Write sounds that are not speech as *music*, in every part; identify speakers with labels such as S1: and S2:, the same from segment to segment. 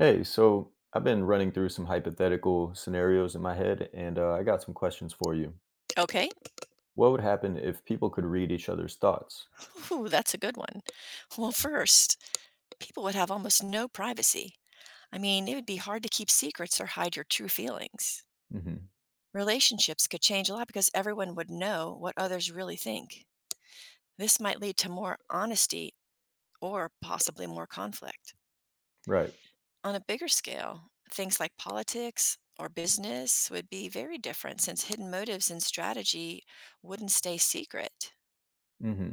S1: Hey, so I've been running through some hypothetical scenarios in my head, and I got some questions for you.
S2: Okay.
S1: What would happen if people could read each other's thoughts?
S2: Ooh, that's a good one. Well, first, people would have almost no privacy. I mean, it would be hard to keep secrets or hide your true feelings.
S1: Hmm.
S2: Relationships could change a lot because everyone would know what others really think. This might lead to more honesty or possibly more conflict.
S1: Right.
S2: On a bigger scale, things like politics or business would be very different since hidden motives and strategy wouldn't stay secret.
S1: Hmm.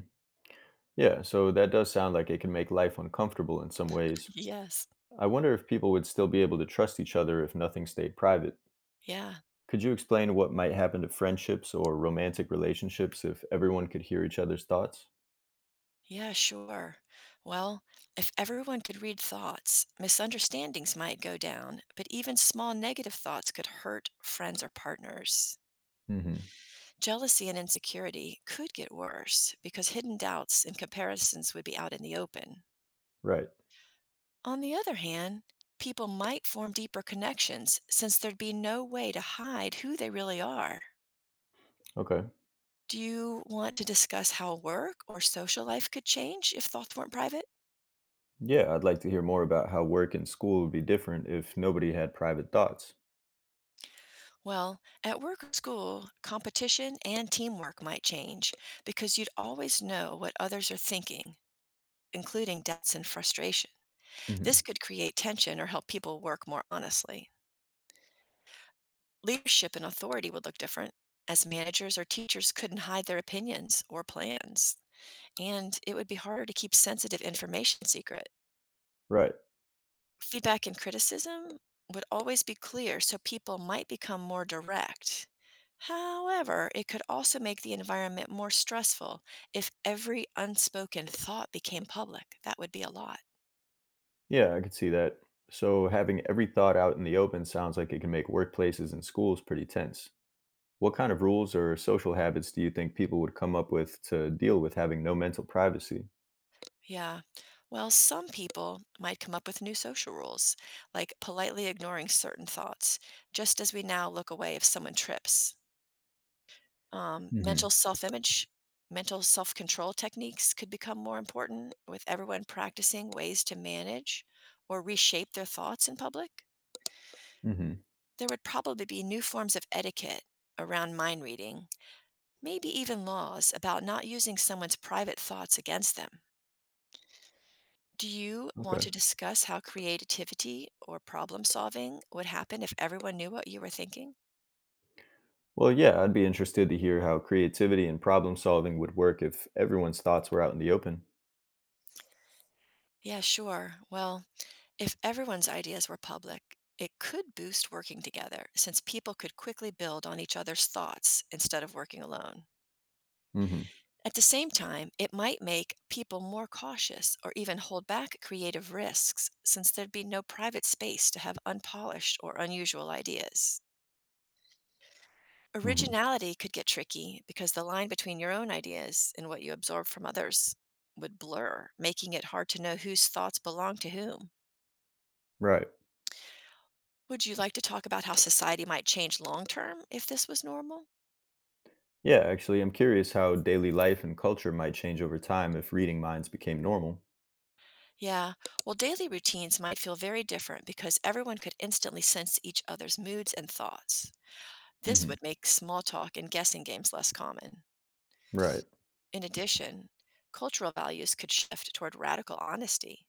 S1: Yeah, so that does sound like it can make life uncomfortable in some ways.
S2: Yes.
S1: I wonder if people would still be able to trust each other if nothing stayed private.
S2: Yeah.
S1: Could you explain what might happen to friendships or romantic relationships if everyone could hear each other's thoughts?
S2: Yeah, sure. Well, if everyone could read thoughts, misunderstandings might go down, but even small negative thoughts could hurt friends or partners.
S1: Hmm.
S2: Jealousy and insecurity could get worse because hidden doubts and comparisons would be out in the open.
S1: Right.
S2: On the other hand, people might form deeper connections since there'd be no way to hide who they really are.
S1: Okay.
S2: Do you want to discuss how work or social life could change if thoughts weren't private?
S1: Yeah, I'd like to hear more about how work and school would be different if nobody had private thoughts.
S2: Well, at work or school, competition and teamwork might change because you'd always know what others are thinking, including doubts and frustration. This
S1: Mhm.
S2: could create tension or help people work more honestly. Leadership and authority would look different, as managers or teachers couldn't hide their opinions or plans, and it would be harder to keep sensitive information secret.
S1: Right.
S2: Feedback and criticism would always be clear so people might become more direct. However, it could also make the environment more stressful if every unspoken thought became public. That would be a lot.
S1: Yeah, I could see that. So having every thought out in the open sounds like it can make workplaces and schools pretty tense. What kind of rules or social habits do you think people would come up with to deal with having no mental privacy?
S2: Yeah. Well, some people might come up with new social rules, like politely ignoring certain thoughts, just as we now look away if someone trips. Mental
S1: Hmm.
S2: self image, mental self control techniques could become more important with everyone practicing ways to manage or reshape their thoughts in public.
S1: Hmm.
S2: There would probably be new forms of etiquette around mind reading, maybe even laws about not using someone's private thoughts against them. Do you want
S1: Okay.
S2: to discuss how creativity or problem solving would happen if everyone knew what you were thinking?
S1: Well, yeah, I'd be interested to hear how creativity and problem solving would work if everyone's thoughts were out in the open.
S2: Yeah, sure. Well, if everyone's ideas were public, it could boost working together since people could quickly build on each other's thoughts instead of working alone.
S1: Hmm.
S2: At the same time, it might make people more cautious or even hold back creative risks since there'd be no private space to have unpolished or unusual ideas.
S1: Hmm.
S2: Originality could get tricky because the line between your own ideas and what you absorb from others would blur, making it hard to know whose thoughts belong to whom.
S1: Right.
S2: Would you like to talk about how society might change long term if this was normal?
S1: Yeah, actually, I'm curious how daily life and culture might change over time if reading minds became normal.
S2: Yeah, well, daily routines might feel very different because everyone could instantly sense each other's moods and thoughts. This
S1: Hmm.
S2: would make small talk and guessing games less common.
S1: Right.
S2: In addition, cultural values could shift toward radical honesty.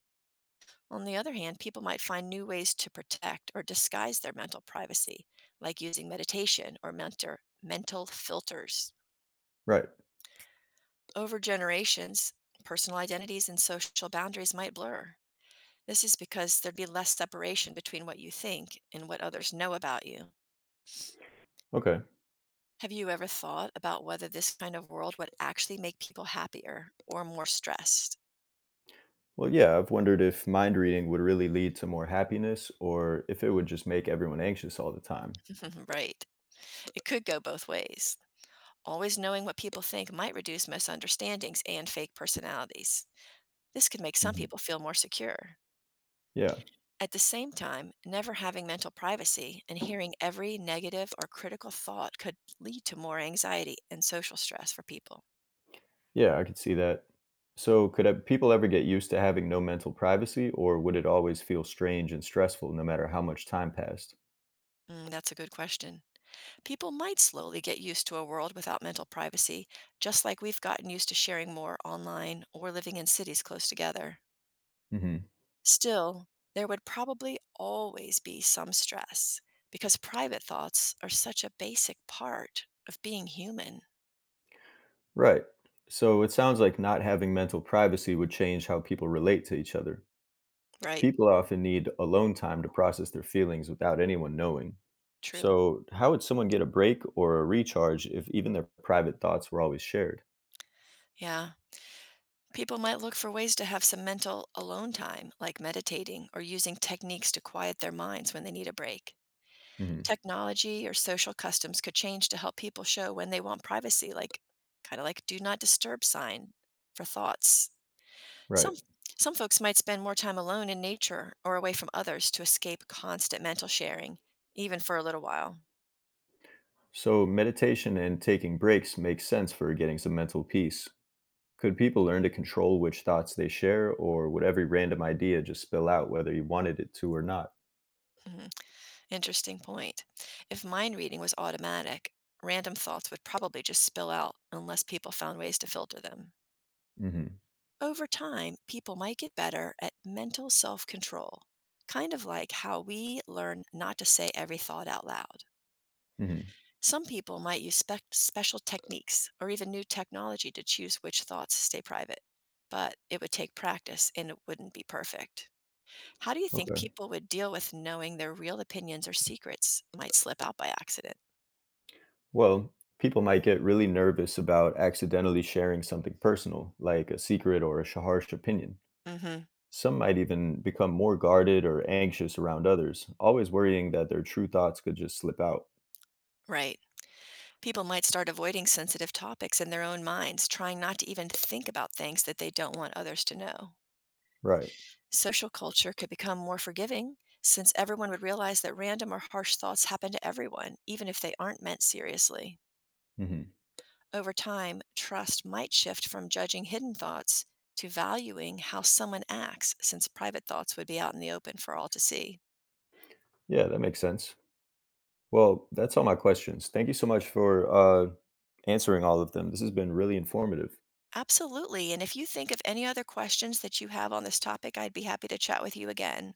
S2: On the other hand, people might find new ways to protect or disguise their mental privacy, like using meditation or mentor mental filters.
S1: Right.
S2: Over generations, personal identities and social boundaries might blur. This is because there'd be less separation between what you think and what others know about you.
S1: Okay.
S2: Have you ever thought about whether this kind of world would actually make people happier or more stressed?
S1: Well, yeah, I've wondered if mind reading would really lead to more happiness or if it would just make everyone anxious all the time.
S2: *laughs* Right. It could go both ways. Always knowing what people think might reduce misunderstandings and fake personalities. This could make some
S1: Hmm.
S2: people feel more secure.
S1: Yeah,
S2: At the same time, never having mental privacy and hearing every negative or critical thought could lead to more anxiety and social stress for people.
S1: yeah, I could see that. So, could people ever get used to having no mental privacy, or would it always feel strange and stressful no matter how much time passed?
S2: Mm, that's a good question. People might slowly get used to a world without mental privacy, just like we've gotten used to sharing more online or living in cities close together.
S1: Hmm.
S2: Still, there would probably always be some stress because private thoughts are such a basic part of being human,
S1: Right. So, it sounds like not having mental privacy would change how people relate to each other.
S2: right?
S1: People often need alone time to process their feelings without anyone knowing.
S2: True.
S1: So, how would someone get a break or a recharge if even their private thoughts were always shared?
S2: Yeah. People might look for ways to have some mental alone time, like meditating or using techniques to quiet their minds when they need a break.
S1: Mhm.
S2: Technology or social customs could change to help people show when they want privacy, like kind of like do not disturb sign for thoughts.
S1: Right.
S2: Some some folks might spend more time alone in nature or away from others to escape constant mental sharing, even for a little while.
S1: So, meditation and taking breaks makes sense for getting some mental peace. Could people learn to control which thoughts they share, or would every random idea just spill out whether you wanted it to or not?
S2: Mhm. Interesting point. If mind reading was automatic, random thoughts would probably just spill out unless people found ways to filter them.
S1: Hmm.
S2: Over time, people might get better at mental self control, kind of like how we learn not to say every thought out loud.
S1: Hmm.
S2: Some people might use special techniques or even new technology to choose which thoughts stay private, but it would take practice and it wouldn't be perfect. How do you think
S1: Okay.
S2: people would deal with knowing their real opinions or secrets might slip out by accident?
S1: Well, people might get really nervous about accidentally sharing something personal, like a secret or a harsh opinion.
S2: Hmm.
S1: Some might even become more guarded or anxious around others, always worrying that their true thoughts could just slip out.
S2: Right. People might start avoiding sensitive topics in their own minds, trying not to even think about things that they don't want others to know.
S1: Right.
S2: Social culture could become more forgiving since everyone would realize that random or harsh thoughts happen to everyone, even if they aren't meant seriously.
S1: Hmm.
S2: Over time, trust might shift from judging hidden thoughts to valuing how someone acts, since private thoughts would be out in the open for all to see.
S1: Yeah, that makes sense. Well, that's all my questions. Thank you so much for answering all of them. This has been really informative.
S2: Absolutely. And if you think of any other questions that you have on this topic, I'd be happy to chat with you again.